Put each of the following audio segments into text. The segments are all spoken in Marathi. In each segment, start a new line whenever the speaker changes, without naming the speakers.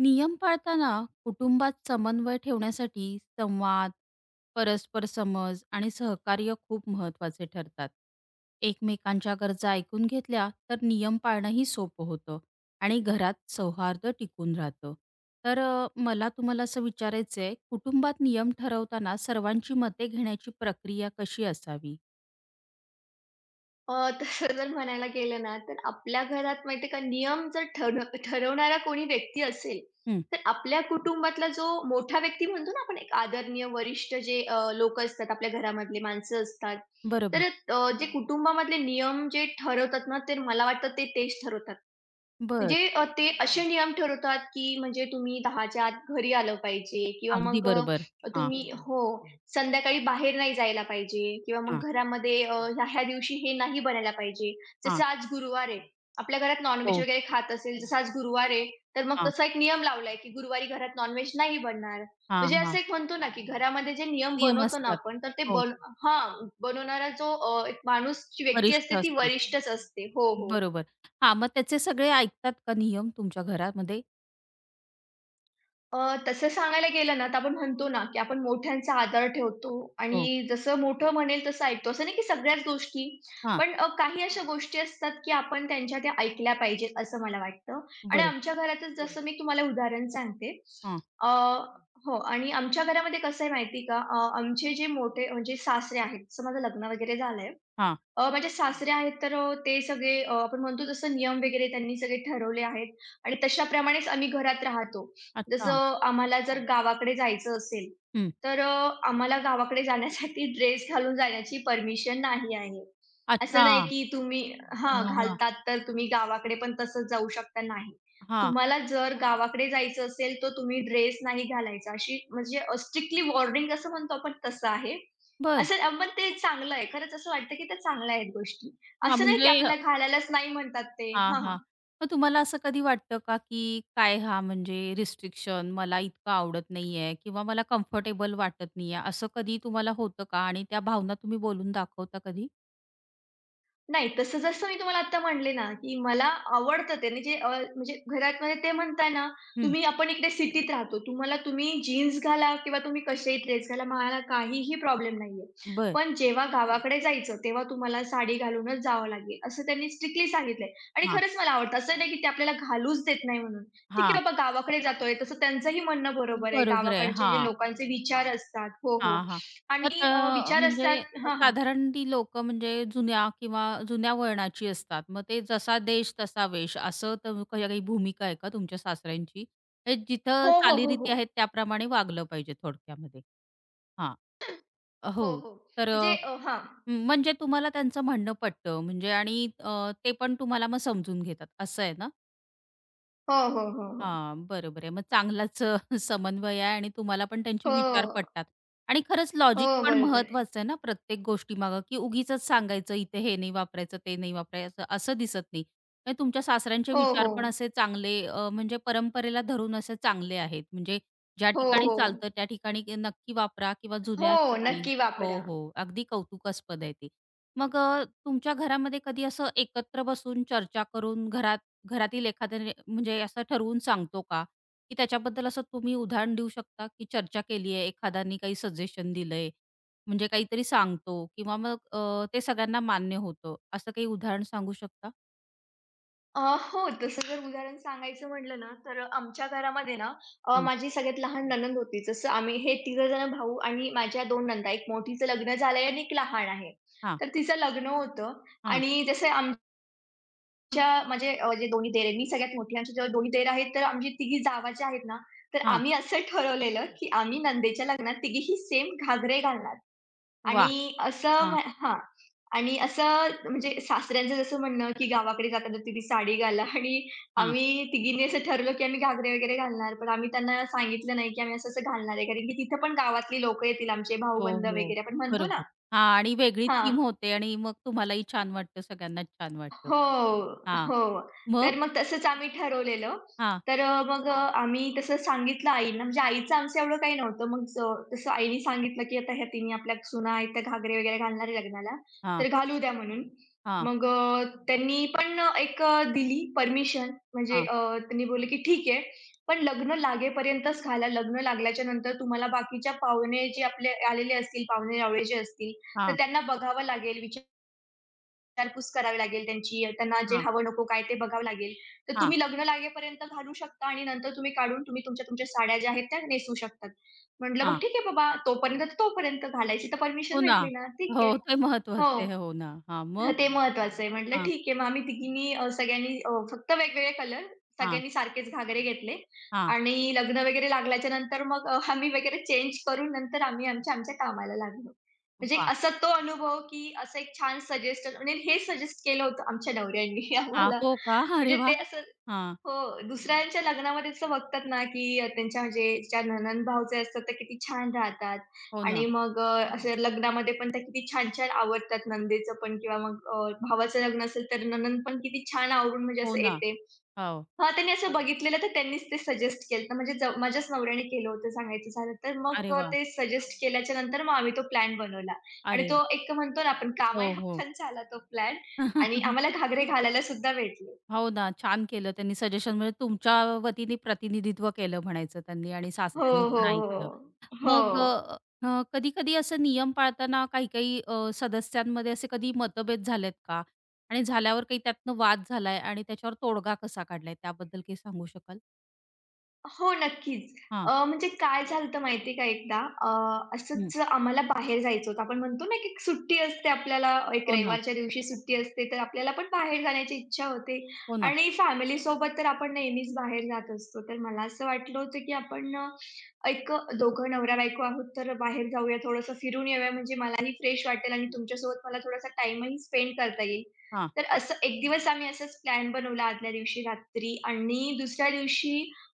नियम पाळताना कुटुंबात समन्वय ठेवण्यासाठी संवाद, परस्पर समज आणि सहकार्य खूप महत्वाचे ठरतात. एकमेकांच्या गरजा ऐकून घेतल्या तर नियम पाळणंही सोपं होतं आणि घरात सौहार्द टिकून राहतं. तर मला तुम्हाला असं विचारायचं आहे, कुटुंबात नियम ठरवताना सर्वांची मते घेण्याची प्रक्रिया कशी असावी?
अ, तसं जर म्हणायला गेलं ना, तर आपल्या घरात माहिती आहे का नियम जर ठर ठरवणारा कोणी व्यक्ती असेल,
हं,
तर आपल्या कुटुंबातला जो मोठा व्यक्ती म्हणतो ना आपण एक आदरणीय वरिष्ठ जे लोकं असतात, आपल्या घरामधले माणसं असतात. तर
बरोबर.
जे कुटुंबामधले नियम जे ठरवतात ना, तर मला वाटतं ते तेच ठरवतात.
बरं.
म्हणजे ते असे नियम ठरवतात, की म्हणजे तुम्ही 10च्या आत घरी आलं पाहिजे किंवा
अगदी
मग
बरोबर. हां,
तुम्ही हं, हो, हं. संध्याकाळी बाहेर नाही जायला पाहिजे किंवा
हां,
मग घरामध्ये ह्या-ह्या दिवशी हे नाही बनायला पाहिजे.
हां.
जसं आज गुरुवार आहे. आपल्या घरात नॉन-व्हेज
हो.
वगैरे खात असेल, जसं आज गुरुवार आहे, तर मग
हां,
तसा एक नियम लावलाय, की गुरुवारी घरात नॉन नाही बनणार.
हां,
म्हणजे असं
हां.
एक म्हणतो ना, की घरामध्ये जे नियम
नियम
बनवतो ना
असतात.
आपण, तर ते
हो.
बन हां, बनवणारा जो एक माणूस, जी व्यक्ती
वरिष्ठ
असते ती
असतील.
वरिष्ठच असते. हो, हो.
बरोबर. हां, मग त्याचे सगळे ऐकतात का नियम तुमच्या घरामध्ये?
अ, तसं सांगायला गेलं ना, तर आपण म्हणतो ना, की आपण मोठ्यांचा आदर ठेवतो
हो.
आणि जसं मोठं म्हणेल तसं ऐकतो. असं नाही की सगळ्याच गोष्टी,
हां,
पण काही अशा गोष्टी असतात, की आपण त्यांच्या त्या ऐकल्या पाहिजेत असं मला वाटतं. आणि
बरोबर.
आमच्या घरातच जसं मी तुम्हाला उदाहरण सांगते.
हां,
अ, हो आणि आमच्या घरामध्ये कसं आहे माहिती का? आमचे जे मोठे म्हणजे सासरे आहेत, जसं माझं लग्न वगैरे झालंय.
हां.
माझे सासरे आहेत तर ते सगळे आपण म्हणतो जसं नियम वगैरे त्यांनी सगळे ठरवले आहेत आणि तशाप्रमाणेच आम्ही घरात राहतो.
अच्छा.
जसं आम्हाला जर गावाकडे जायचं असेल,
हं.
तर आम्हाला गावाकडे जाण्यासाठी ड्रेस घालून जाण्याची परमिशन नाही आहे. असं
अच्छा.
नाही की तुम्ही हां,
हां, हां.
घालतात तर तुम्ही गावाकडे पण तसंच जाऊ शकता, नाही.
हां.
तुम्हाला जर गावाकडे जायचं असेल, तर तुम्ही ड्रेस नाही घालायचा. अशी म्हणजे स्ट्रिक्टली वॉर्निंग असं म्हणतो आपण तसं आहे.
बरं.
पण ते चांगलं आहे. खरंच असं वाटतं, की त्या चांगल्या आहेत गोष्टी.
हां,
असं नाही, की
म्हणजे
आपल्याला घालायलाच नाही म्हणतात ते.
हां,
हां,
हां. मग तुम्हाला असं कधी वाटतं का, की काय हा म्हणजे रिस्ट्रिक्शन मला इतकं आवडत नाहीये किंवा मला कम्फर्टेबल वाटत नाहीये, असं कधी तुम्हाला होतं का? आणि त्या भावना तुम्ही बोलून दाखवता कधी?
नाही, तसं जसं मी तुम्हाला आत्ता म्हणले ना, की मला आवडतं ते म्हणजे घरात म्हणजे ते म्हणताय ना,
हं.
तुम्ही आपण इकडे सिटीत राहतो. तुम्हाला तुम्ही जीन्स घाला किंवा तुम्ही कसेही ड्रेस घाला, मला काहीही प्रॉब्लेम नाहीये.
बरं.
पण जेव्हा गावाकडे जायचं, तेव्हा तुम्हाला साडी घालूनच जावं लागेल, असं त्यांनी स्ट्रिक्टली सांगितलंय. आणि
हां,
खरंच मला आवडतं. असं नाही, की ते आपल्याला घालूच देत नाही म्हणून. ठीक
हां.
आहे बाबा गावाकडे जातोय, तसं त्यांचंही म्हणणं बरोबर आहे.
बरोबर आहे.
गावाकडचे जे
हां.
लोकांचे विचार असतात हो, हो.
हां, हां. मग
आणि विचार
म्हणजे
असतात हां, हां.
साधारण ती लोकं म्हणजे जुन्या किंवा जुन्या वळणाची असतात. मग ते जसा देश तसा वेश असं तर काही भूमिका आहे का तुमच्या सासऱ्यांची? हे जिथं
हो, हो, हो,
चालीरीती
हो.
आहेत त्याप्रमाणे वागलं पाहिजे थोडक्यामध्ये. हां. हो.
हो, हो.
तर
म्हणजे हां.
म्हणजे तुम्हाला त्यांचं म्हणणं पटतं म्हणजे आणि ते पण तुम्हाला मग समजून घेतात असं आहे ना?
हो, हो, हो, हो.
हां, बरोबर आहे. मग चांगलाच समन्वय आहे आणि तुम्हाला पण त्यांचे
हो,
विचार पटतात. आणि खरंच
हो,
लॉजिक पण
बरोबर आहे.
महत्वाचं आहे ना प्रत्येक गोष्टीमागं, की उगीचच सांगायचं, इथे हे नाही वापरायचं, ते नाही वापरायचं, असं दिसत नाही. म्हणजे तुमच्या सासऱ्यांचे
हो, हो.
विचार पण असे चांगले म्हणजे परंपरेला धरून असे चांगले आहेत. म्हणजे ज्या
हो,
ठिकाणी
हो.
चालतं त्या ठिकाणी नक्की वापरा किंवा
हो,
जुन्या ठिकाणी.
नक्की
हो,
वापरा.
हो. अगदी कौतुकास्पद आहे ते. मग तुमच्या घरामध्ये कधी असं एकत्र बसून चर्चा करून घरात घरातील एखाद्याने म्हणजे असं ठरवून सांगतो का? की त्याच्याबद्दल असं तुम्ही उदाहरण देऊ शकता, की चर्चा केली आहे, एखाद्याने काही सजेशन दिलंय, म्हणजे काहीतरी सांगतो किंवा मग ते सगळ्यांना मान्य होतं, असं काही उदाहरण सांगू शकता?
अ, हो, तसं जर उदाहरण सांगायचं म्हटलं ना, तर आमच्या घरामध्ये ना
हं.
माझी सगळ्यात लहान नणंद होती. जसं आम्ही हे तिघंजण भाऊ आणि माझ्या 2 नणंदा. एक मोठीचं लग्न झालंय आणि एक लहान आहे.
हां,
तर तिचं लग्न होतं
हां,
आणि जसं आमच्या जे दोन्ही देर आहेत, मी सगळ्यात मोठी. आमच्या जेव्हा दोन्ही देर आहेत, तर आमची तिघी जावा ज्या आहेत ना, तर
हां.
आम्ही असं ठरवलेलं, की आम्ही नंदेच्या लग्नात तिघीही सेम घागरे घालणार
वाह!
आणि असं
हां,
म्ह हां. आणि असं म्हणजे सासऱ्यांचं जसं म्हणणं, की गावाकडे जाताना तुम्ही साडी घाला आणि
हां.
आम्ही तिघींनी असं ठरलं, की आम्ही घागरे वगैरे घालणार. पण आम्ही त्यांना सांगितलं नाही, की आम्ही असं-असं घालणार आहे. कारण की तिथं पण गावातली लोकं येतील आमचे
हो,
भाऊबंध
हो.
वगैरे आपण म्हणतो ना
बरोबर. हां, आणि वेगळी
हां.
थीम होते आणि मग तुम्हालाही छान वाटतं, सगळ्यांनाच छान वाटतं.
हो,
हां.
हो.
मग?
तर मग तसंच आम्ही ठरवलेलं.
हां,
तर अ, मग अ, आम्ही तसं सांगितलं आईंना, म्हणजे आईचं आमचं एवढं काही नव्हतं. मग ज तसं आईने सांगितलं, की आता ह्या तिन्ही आपल्या सुना आहेत, त्या घागरे वगैरे घालणार आहे लग्नाला,
हां,
तर घालू द्या म्हणून.
हां,
मग त्यांनी पण एक दिली परमिशन,
हां,
त्यांनी बोलले, की "ठीक आहे, पण लग्न लागेपर्यंतच घाला. लग्न लागल्याच्या नंतर तुम्हाला बाकीच्या पाहुणे जे आपले आलेले असतील, पाहुणे-रावळे जे असतील, तर
हां,
त्यांना बघावं लागेल, विचारपूस करावी लागेल त्यांची, त्यांना जे
हां,
हवं नको काय ते बघावं लागेल. तर
हां,
तुम्ही लग्न लागेपर्यंत घालू शकता आणि नंतर तुम्ही काढून तुम्ही तुमच्या तुमच्या साड्या ज्या आहेत त्या नेसवू शकतात. म्हटलं, "मग
हां.
ठीक आहे बाबा, तोपर्यंत घालायची तर परमिशन
हो ना.
भेटली ना, ठीक आहे."
हो, ते
हो.
महत्वाचे आहे. हो ना. हां,
हां,
मग?
ते महत्वाचं आहे. म्हटलं
हां,
ठीक आहे. मग आम्ही तिघींनी सगळ्यांनी फक्त वेगवेगळे कलर,
हां,
सगळ्यांनी सारखेच घागरे घेतले
हां.
आणि लग्न वगैरे लागल्याच्या नंतर आम्ही वगैरे चेंज करून नंतर आम्ही आमच्या आमच्या कामाला लागलो. म्हणजे एक
वाह!
असा तो अनुभव, की असं एक छान सजेस्ट म्हणजे हे सजेस्ट केलं होतं आमच्या नवऱ्यांनी
हां,
आम्हाला.
हो का? अरे
म्हणजे ते
वाह!
असं
हां,
हो. दुसऱ्यांच्या लग्नामध्ये असं बघतात ना, की त्यांच्या म्हणजे ज्या नणंद-भावचे असतात त्या किती छान राहतात
हो ना,
आणि मग अ, असं लग्नामध्ये पण त्या किती छान-छान आवरतात नणंदेचं पण किंवा मग भावाचं लग्न असेल तर नणंद पण किती छान आवरून म्हणजे
हो
असं
ना.
येते.
हो.
हां, त्यांनी असं बघितलेलं तर त्यांनीच ते सजेस्ट केलं म्हणजे ज माझ्याच नवऱ्याने केलं होतं सांगायचं झालं तर. मग
अरे वाह!
ते सजेस्ट केल्याच्या नंतर मग आम्ही तो प्लॅन बनवला आणि
अरे वाह!
तो एक म्हणतो ना आपण कामाई
हो, हो.
हप्पन झाला तो प्लॅन आणि आम्हाला घागरे घालायला सुद्धा भेटले.
हो ना, छान केलं त्यांनी सजेशन, म्हणजे तुमच्या वतीने प्रतिनिधित्व केलं म्हणायचं त्यांनी आणि
हो,
सासऱ्यांनी पण
हो,
ऐकलं.
हो.
मग
हो.
अ, अ, कधी-कधी असे नियम पाळताना काही-काही सदस्यांमध्ये असे कधी मतभेद झालेत का? आणि झाल्यावर काही त्यातनं वाद झालाय आणि त्याच्यावर तोडगा कसा काढलाय त्याबद्दल काही सांगू शकाल?
हो, नक्कीच.
हां.
म्हणजे काय झालं होतं का एकदा
हं.
असंच आम्हाला बाहेर जायचं होतं. आपण म्हणतो ना, की एक सुट्टी असते आपल्याला एक
हो ना,
रविवारच्या दिवशी सुट्टी असते, तर आपल्याला पण बाहेर जाण्याची इच्छा होते
हो ना.
आणि फॅमिलीसोबत तर आपण नेहमीच बाहेर जात असतो. तर मला असं वाटलं होतं, की आपण अ, एक दोघं नवरा-बायको आहोत, तर बाहेर जाऊया, थोडंसं फिरून येऊया, म्हणजे मलाही फ्रेश वाटेल आणि तुमच्यासोबत मला थोडासा टाईमही स्पेंड करता येईल.
हां,
तर असं एक दिवस आम्ही असंच प्लॅन बनवला आदल्या दिवशी रात्री आणि दुसऱ्या दिवशी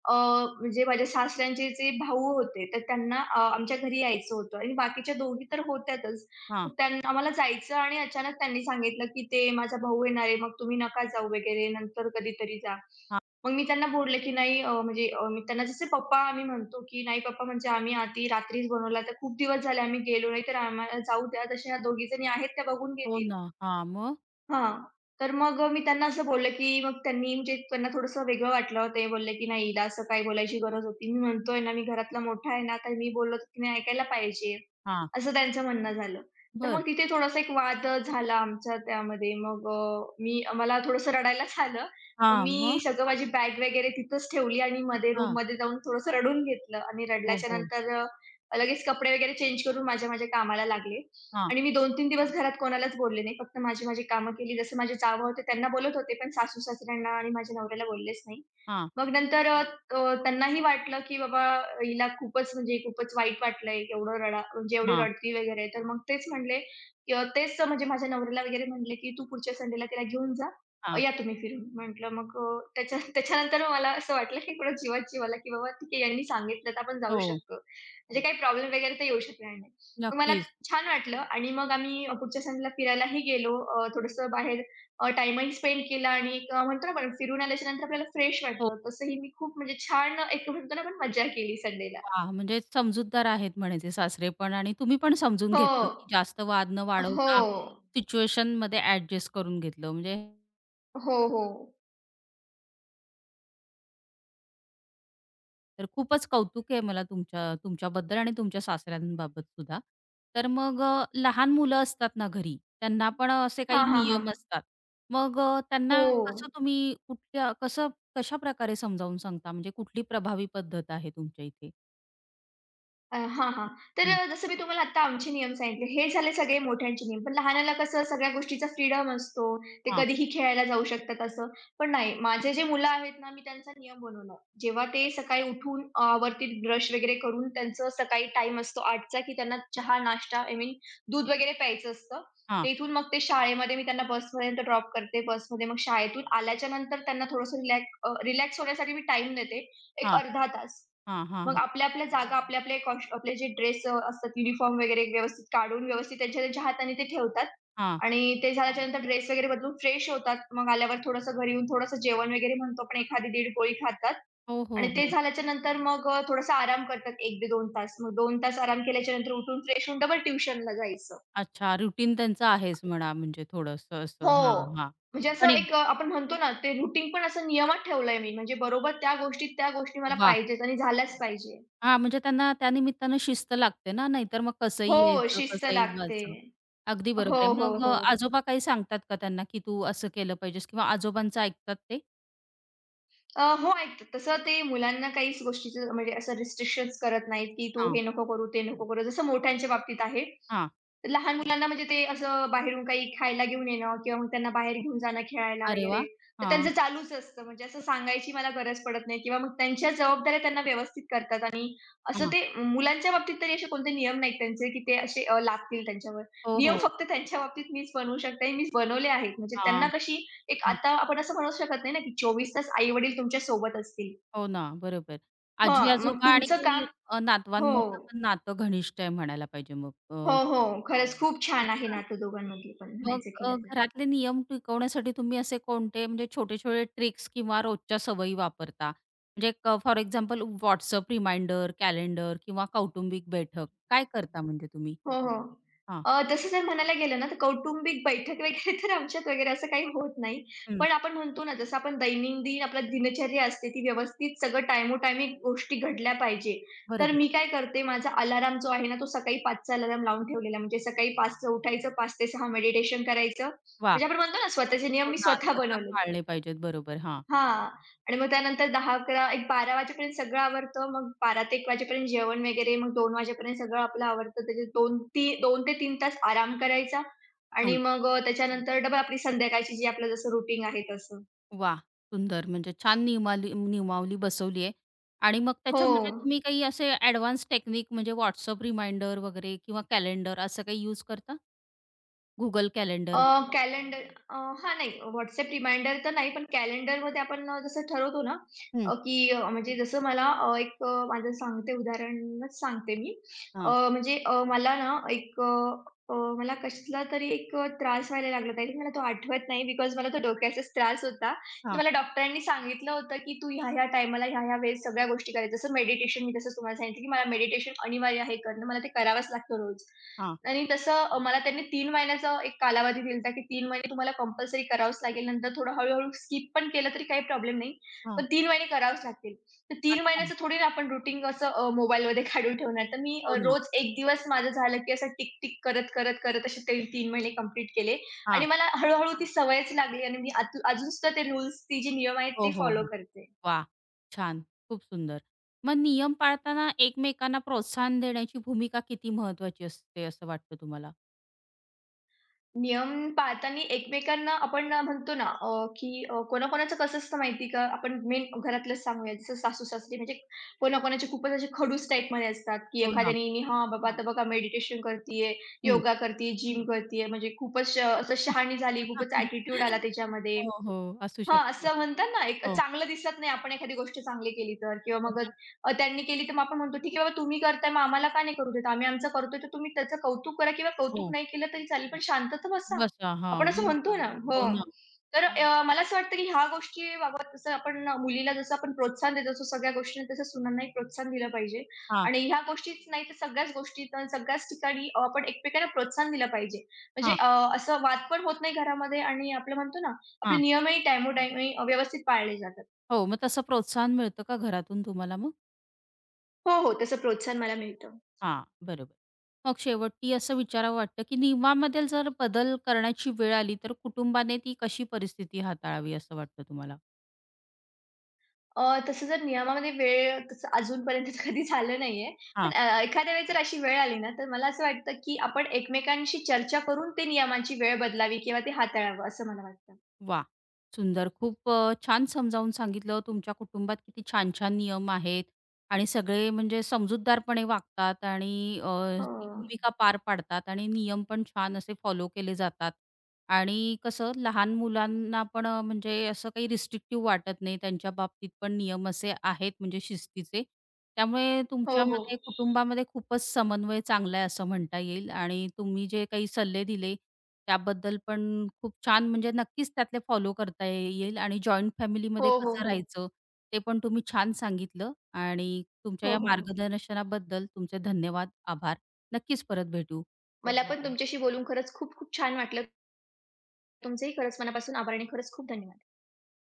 अ, म्हणजे माझ्या सासऱ्यांचे जे भाऊ होते, तर त्यांना आमच्या घरी यायचं होतं आणि बाकीच्या दोघी तर होत्यातच.
हां,
मग त्यांना आम्हाला जायचं आणि अचानक त्यांनी सांगितलं, की "ते माझा भाऊ येणार आहे, मग तुम्ही नका जाऊ वगैरे, नंतर कधीतरी जा."
हां.
मग मी त्यांना बोलले, की "नाही" मी त्यांना जसे पप्पा आम्ही म्हणतो, की "नाही पप्पा, म्हणजे आम्ही आधी रात्रीच बनवला, तर खूप दिवस झाले आम्ही गेलो नाही, तर आम्हाला जाऊ द्या. तशा ह्या दोघीजणी आहेत त्या बघून
हो
घेतील."
ना. हां, मग?
हां. तर मग मी त्यांना असं बोललं, की मग त्यांनी म्हणजे त्यांना थोडंसं वेगळं वाटलं. ते बोलले, की "नाही, हिला असं काय बोलायची गरज होती. मी म्हणतोय ना, मी घरातला मोठा आहे ना, तर मी बोललो तर तिने ऐकायला पाहिजे."
हां,
असं त्यांचं म्हणणं झालं. तर
बरं.
मग तिथे थोडासा एक वाद झाला आमचा त्यामध्ये. मी मला थोडंसं रडायलाच आलं. मग
हां,
मी
मग?
सगळं माझी बॅग वगैरे तिथंच ठेवली आणि मध्ये
अच्छा.
रूममध्ये जाऊन थोडंसं रडून घेतलं आणि
हो,
रडल्याच्या
हो.
नंतर लगेच कपडे वगैरे चेंज करून माझ्या माझ्या कामाला लागले.
हां,
आणि मी 2-3 दिवस घरात कोणालाच बोलले नाही. फक्त माझी माझी कामं केली. जसं माझे जावं होते त्यांना बोलत होते, पण सासू-सासऱ्यांना आणि माझ्या नवऱ्याला बोललेच नाही.
हां,
मग नंतर अ, अ, त्यांनाही वाटलं, की बाबा हिला खूपच म्हणजे खूपच वाईट वाटलंय, एवढं रडा म्हणजे एवढी
हां,
रडती वगैरे. तर मग तेच म्हणले, की तेच म्हणजे माझ्या नवऱ्याला वगैरे म्हणले, की "तू पुढच्या संडेला तिला घेऊन जा.
हां.
या तुम्ही फिरून." म्हटलं मग अ, त्याच्या त्याच्यानंतर मला असं वाटलं, की थोडं जीवात जीव की बाबा ठीक आहे यांनी सांगितलं तर आपण जाऊ
हो,
शकतो. म्हणजे काही प्रॉब्लेम वगैरे तर येऊ शकणार नाही. मग मला
नक्कीच.
छान वाटलं आणि मग आम्ही पुढच्या संडेला फिरायलाही गेलो. थोडंसं बाहेर टाईमही स्पेंड केला आणि एक म्हणतो ना आपण फिरून आल्याच्या नंतर आपल्याला फ्रेश
हो.
वाटतं. तसंही मी खूप म्हणजे छान एक म्हणतो ना आपण मज्जा केली संडेला.
वाह! म्हणजे समजूतदार आहेत म्हणायचे सासरे पण, आणि तुम्ही पण समजून
हो.
घेतलं, की जास्त वाद न
हो.
वाढवता सिच्युएशनमध्ये ॲडजस्ट करून घेतलं. म्हणजे
हो, हो.
तर खूपच कौतुक आहे मला तुमच्याबद्दल आणि तुमच्या सासऱ्यांबाबत सुद्धा. तर मग लहान मुलं असतात ना घरी, त्यांना पण असे काही
हां, हां, हां.
नियम असतात. मग त्यांना
हो.
कसं तुम्ही कुठल्या कसं कशाप्रकारे समजावून सांगता? म्हणजे कुठली प्रभावी पद्धत आहे तुमच्या इथे?
हां, हां. तर
हं.
जसं मी तुम्हाला आत्ता आमचे नियम सांगितले. हे झाले सगळे मोठ्यांचे नियम. पण
हां,
लहानाला कसं सगळ्या गोष्टीचा फ्रीडम असतो. ते
हां,
कधीही खेळायला जाऊ शकतात असं. पण नाही, माझे जे मुलं आहेत ना, मी त्यांचा नियम बनवला. जेव्हा ते सकाळी उठून आवर्तीत ब्रश वगैरे करून त्यांचं सकाळी टाईम असतो 8चा की त्यांना चहा, नाश्ता आय मीन दूध वगैरे प्यायचं असतं.
हां,
ते इथून मग ते शाळेमध्ये मी त्यांना बसपर्यंत ड्रॉप करते. बसमध्ये मग शाळेतून आल्याच्यानंतर त्यांना थोडंसं रिलॅक्स रिलॅक्स होण्यासाठी मी टाईम देते. एक
हां,
अर्धा तास.
हां,
मग
हां,
आपल्या-आपल्या जागा, आपल्या-आपल्या कॉश आपले जे ड्रेस असतात युनिफॉर्म वगैरे व्यवस्थित काढून, व्यवस्थित त्यांच्या त्यांच्या हाताने ते ठेवतात
हां.
आणि ते झाल्याच्यानंतर ड्रेस वगैरे बदलून फ्रेश होतात. मग आल्यावर थोडंसं घरी येऊन थोडंसं जेवण वगैरे म्हणतो आपण एखादी दीड पोळी खातात
हो,
आणि
हो,
ते
हो.
झाल्याच्यानंतर थोडासा आराम करतात 1 ते 2 तास. मग 2 तास आराम केल्याच्यानंतर उठून फ्रेश होऊन डबल ट्युशनला जायचं.
अच्छा, रुटीन त्यांचं आहेच म्हणा, म्हणजे थोडंसं असं.
हो.
हां, हां.
म्हणजे असं
आणि
एक अ, आपण म्हणतो ना, ते रूटीन पण असं नियमात ठेवलंय मी. म्हणजे बरोबर त्या गोष्टीत त्या गोष्टी मला
वाह!
पाहिजेत आणि झाल्याच पाहिजे.
हां, म्हणजे त्यांना त्यानिमित्तानं शिस्त लागते ना, नाहीतर मग कसंही
हो,
यायचं,
शिस्त
कसंही
लागते.
व्हायचं. अगदी
हो,
बरोबर आहे.
हो,
मग
हो.
आजोबा काही सांगतात का त्यांना, की तू असं केलं पाहिजेस किंवा आजोबांचं ऐकतात ते?
हो ऐकतात. तसं ते मुलांना काहीच गोष्टीचं म्हणजे असं रिस्ट्रिक्शन्स करत नाहीत, की तू
हां,
हे नको करू, ते नको करू. जसं मोठ्यांच्या बाबतीत आहे.
हां.
लहान मुलांना म्हणजे ते असं बाहेरून काही खायला घेऊन येणं किंवा मग त्यांना बाहेर घेऊन जाणं खेळायला
अरे
वगैरे,
वाह!
तर
हां,
त्यांचं चालूच असतं. म्हणजे असं सांगायची मला गरज पडत नाही किंवा मग त्यांच्या जबाबदाऱ्या त्यांना व्यवस्थित करतात. आणि असं
हां.
ते मुलांच्या बाबतीत तरी असे कोणते नियम नाहीत त्यांचे, की ते असे लादतील त्यांच्यावर.
हो,
नियम
हो.
फक्त त्यांच्या बाबतीत मीच बनवू शकते मीच बनवले आहेत. म्हणजे त्यांना
हां,
कशी एक
हां.
आता आपण असं म्हणू शकत नाही ना, की 24 तास आई-वडील तुमच्या सोबत असतील.
हो ना, बरोबर.
हां, मग
आजी-आजोबा
तुमचं काम
आणि
हो.
नातवांमधलं पण नातं घनिष्ठ आहे म्हणायला पाहिजे मग.
हो, हो. खरंच खूप
खूप
छान आहे
छान.
नातं दोघांमध्ये पण
मग
म्हणायचं केलं तर.
घरातले नियम टिकवण्यासाठी तुम्ही असे कोणते म्हणजे छोटे-छोटे ट्रिक्स किंवा रोजच्या सवयी वापरता? म्हणजे for example WhatsApp reminder, calendar किंवा कौटुंबिक बैठक, काय करता म्हणजे तुम्ही?
हो, हो.
हां.
तसं जर म्हणायला गेलं ना, तर कौटुंबिक बैठक वगैरे तर आमच्यात वगैरे असं काही होत नाही.
हं.
पण आपण म्हणतो ना, जसं आपण दैनंदिन आपलं दिनचर्या असते, ती व्यवस्थित सगळं टायमोटायमी गोष्टी घडल्या पाहिजे. तर
बरोबर.
मी काय करते, माझा अलार्म जो आहे ना, तो सकाळी 5 चा अलार्म लावून ठेवलेला. म्हणजे सकाळी 5 ला उठायचं, 5 ते 6 मेडिटेशन करायचं.
वाह!
म्हणजे आपण म्हणतो ना, स्वतःचे नियम
हो
मी
ना,
स्वतः
स्वतः
बनवलेत.
पाळले पाहिजेत. बरोबर. हां.
हां. आणि मग त्यानंतर 10-11 एक 12 वाजेपर्यंत सगळं आवरतं. मग 12 ते 1 वाजेपर्यंत जेवण वगैरे. मग 2 वाजेपर्यंत सगळं आपलं आवरतं. त्याचे 2 ती 2 ते 3 तास आराम करायचा. आणि
हां.
मग त्याच्यानंतर डबल आपली संध्याकाळची जी आपलं जसं रुटीन आहे तसं.
वाह! सुंदर, म्हणजे छान नियमावली बसवली आहे. आणि मग
हो.
त्याच्यामध्ये तुम्ही काही असे ॲडव्हान्स टेक्निक म्हणजे WhatsApp रिमाइंडर वगैरे किंवा कॅलेंडर असं काही यूज करता? Google
अ,
कॅलेंडर?
कॅलेंडर. हां, नाही. WhatsApp रिमाइंडर तर नाही, पण कॅलेंडरमध्ये आपण जसं ठरवतो ना,
हं.
म्हणजे जसं मला अ, एक अ, माझं सांगते उदाहरणच सांगते मी. अ,
हां,
म्हणजे अ, मला ना एक अ, अ, मला कसला तरी एक त्रास व्हायला लागला होता. I think मला तो आठवत नाही बिकॉज मला तो डोक्याचाच त्रास होता. तर
हां,
मला डॉक्टरांनी सांगितलं होतं, की "तू ह्या-ह्या टाईमाला, ह्या-ह्या वेळेस सगळ्या गोष्टी करायच्या." जसं मेडिटेशन, मी जसं तुम्हाला सांगितलं, की मला मेडिटेशन अनिवार्य आहे करणं. मला ते करावंच लागतं रोज. आणि तसं मला त्यांनी 3 महिन्याचा एक कालावधी दिला होता, की 3 महिने तुम्हाला कंपल्सरी करावंच लागेल. नंतर थोडं हळू-हळू स्किप पण केलं तरी काही प्रॉब्लेम नाही.
हां.
पण 3 महिने करावेच लागतील. तर 3
अच्छा.
महिन्याचं थोडी ना आपण रुटीन असं मोबाईलमध्ये काढून ठेवणार. तर मी
हो ना.
रोज 1 दिवस माझं झालं, की असं टिक-टिक करत, करत, करत असे ते 3 महिने कंप्लीट केले. आणि
हां.
मला हळू ती सवयच लागली आणि मी आत अजून सुद्धा ते रूल्स, ती जे नियम आहेत
हो,
ते
हो,
फॉलो
हो.
करते.
वाह! छान. खूप सुंदर. मग नियम पाळताना एकमेकांना प्रोत्साहन देण्याची भूमिका किती महत्वाची असते असं वाटतं तुम्हाला?
नियम पाळताना एकमेकांना आपण म्हणतो ना, कोणाकोणाचं कसं असतं माहिती का? आपण मेन घरातलंच सांगूया. जसं सासू-सासरे म्हणजे कोणाकोणाचे खूपच असे खडूस टाईपमध्ये असतात, की
हो ना.
एखाद्याने "मी हां, बाबा आता बघा मेडिटेशन करतीये,
हं.
योगा करतीये, जिम करतीये." म्हणजे खूपच असं शहाणी झाली, खूपच ॲटिट्यूड आला त्याच्यामध्ये.
हो, हो. असू
हां,
शकते.
असं म्हणतात ना, एक
हो,
चांगलं दिसत नाही. आपण एखादी गोष्ट चांगली केली तर किंवा
हो
मग
ना.
त्यांनी केली तर मग आपण म्हणतो, "ठीक आहे बाबा तुम्ही करताय मग आम्हाला का नाही करू देत? आम्ही आमचं करतोय तर तुम्ही त्याचं कौतुक करा किंवा कौतुक
हो.
नाही केलं तरी चालेल, पण शांत तर बसा."
बसा. हां.
आपण असं
बरोबर.
म्हणतो ना हो.
हो ना.
तर मला असं वाटतं की ह्या गोष्टीबाबत जसं आपण मुलीला जसं आपण प्रोत्साहन देत असतो सगळ्या गोष्टींना, तसं सुनांनाही प्रोत्साहन दिलं पाहिजे.
हां,
आणि ह्या गोष्टीच नाही तर सगळ्याच गोष्टीत सगळ्याच ठिकाणी आपण एकमेकांना प्रोत्साहन दिलं पाहिजे. म्हणजे
हां,
अ, असं वाद पण होत नाही घरामध्ये आणि आपलं म्हणतो ना आपले
हां.
नियमही टायमोटायमी व्यवस्थित पाळले जातात.
हो, मग तसं प्रोत्साहन मिळतं का घरातून तुम्हाला मग?
हो, हो. तसं प्रोत्साहन मला मिळतं.
हां, बरोबर. मग शेवटी असं विचारावं वाटतं, की नियमामध्ये जर बदल करण्याची वेळ आली, तर कुटुंबाने ती कशी परिस्थिती हाताळावी असं वाटतं तुम्हाला?
अ, तसं जर नियमामध्ये वेळ तसं अजूनपर्यंत तर कधी झालं नाहीये. पण एखाद्या वेळेस जर अशी वेळ आली ना, तर मला असं वाटतं, की आपण एकमेकांशी चर्चा करून ते नियमांची वेळ बदलावी किंवा ते हाताळावं असं मला वाटतं.
वा, सुंदर. खूप छान समजावून सांगितलं. तुमच्या कुटुंबात किती छान-छान नियम आहेत आणि सगळे म्हणजे समजूतदारपणे वागतात आणि
हो.
ती भूमिका पार पाडतात आणि नियम पण छान असे फॉलो केले जातात. आणि कसं लहान मुलांना पण म्हणजे असं काही रिस्ट्रिक्टिव्ह वाटत नाही. त्यांच्या बाबतीत पण नियम असे आहेत म्हणजे शिस्तीचे. त्यामुळे
हो, हो.
तुमच्यामध्ये कुटुंबामध्ये खूपच समन्वय चांगला आहे असं म्हणता येईल, आणि तुम्ही जे काही सल्ले दिले त्याबद्दल पण खूप छान, म्हणजे नक्कीच त्यातले फॉलो करता येईल, आणि जॉईंट
हो,
फॅमिलीमध्ये
हो,
कसं
हो.
राहायचं ते पण तुम्ही छान सांगितलं, आणि तुमच्या
हो,
या
हो.
मार्गदर्शनाबद्दल तुमचे धन्यवाद, आभार. नक्कीच परत भेटू.
मला पण तुमच्याशी बोलून खरंच खूप खूप छान वाटलं. तुमचेही खरंच मनापासून आभार आणि खरंच खूप धन्यवाद.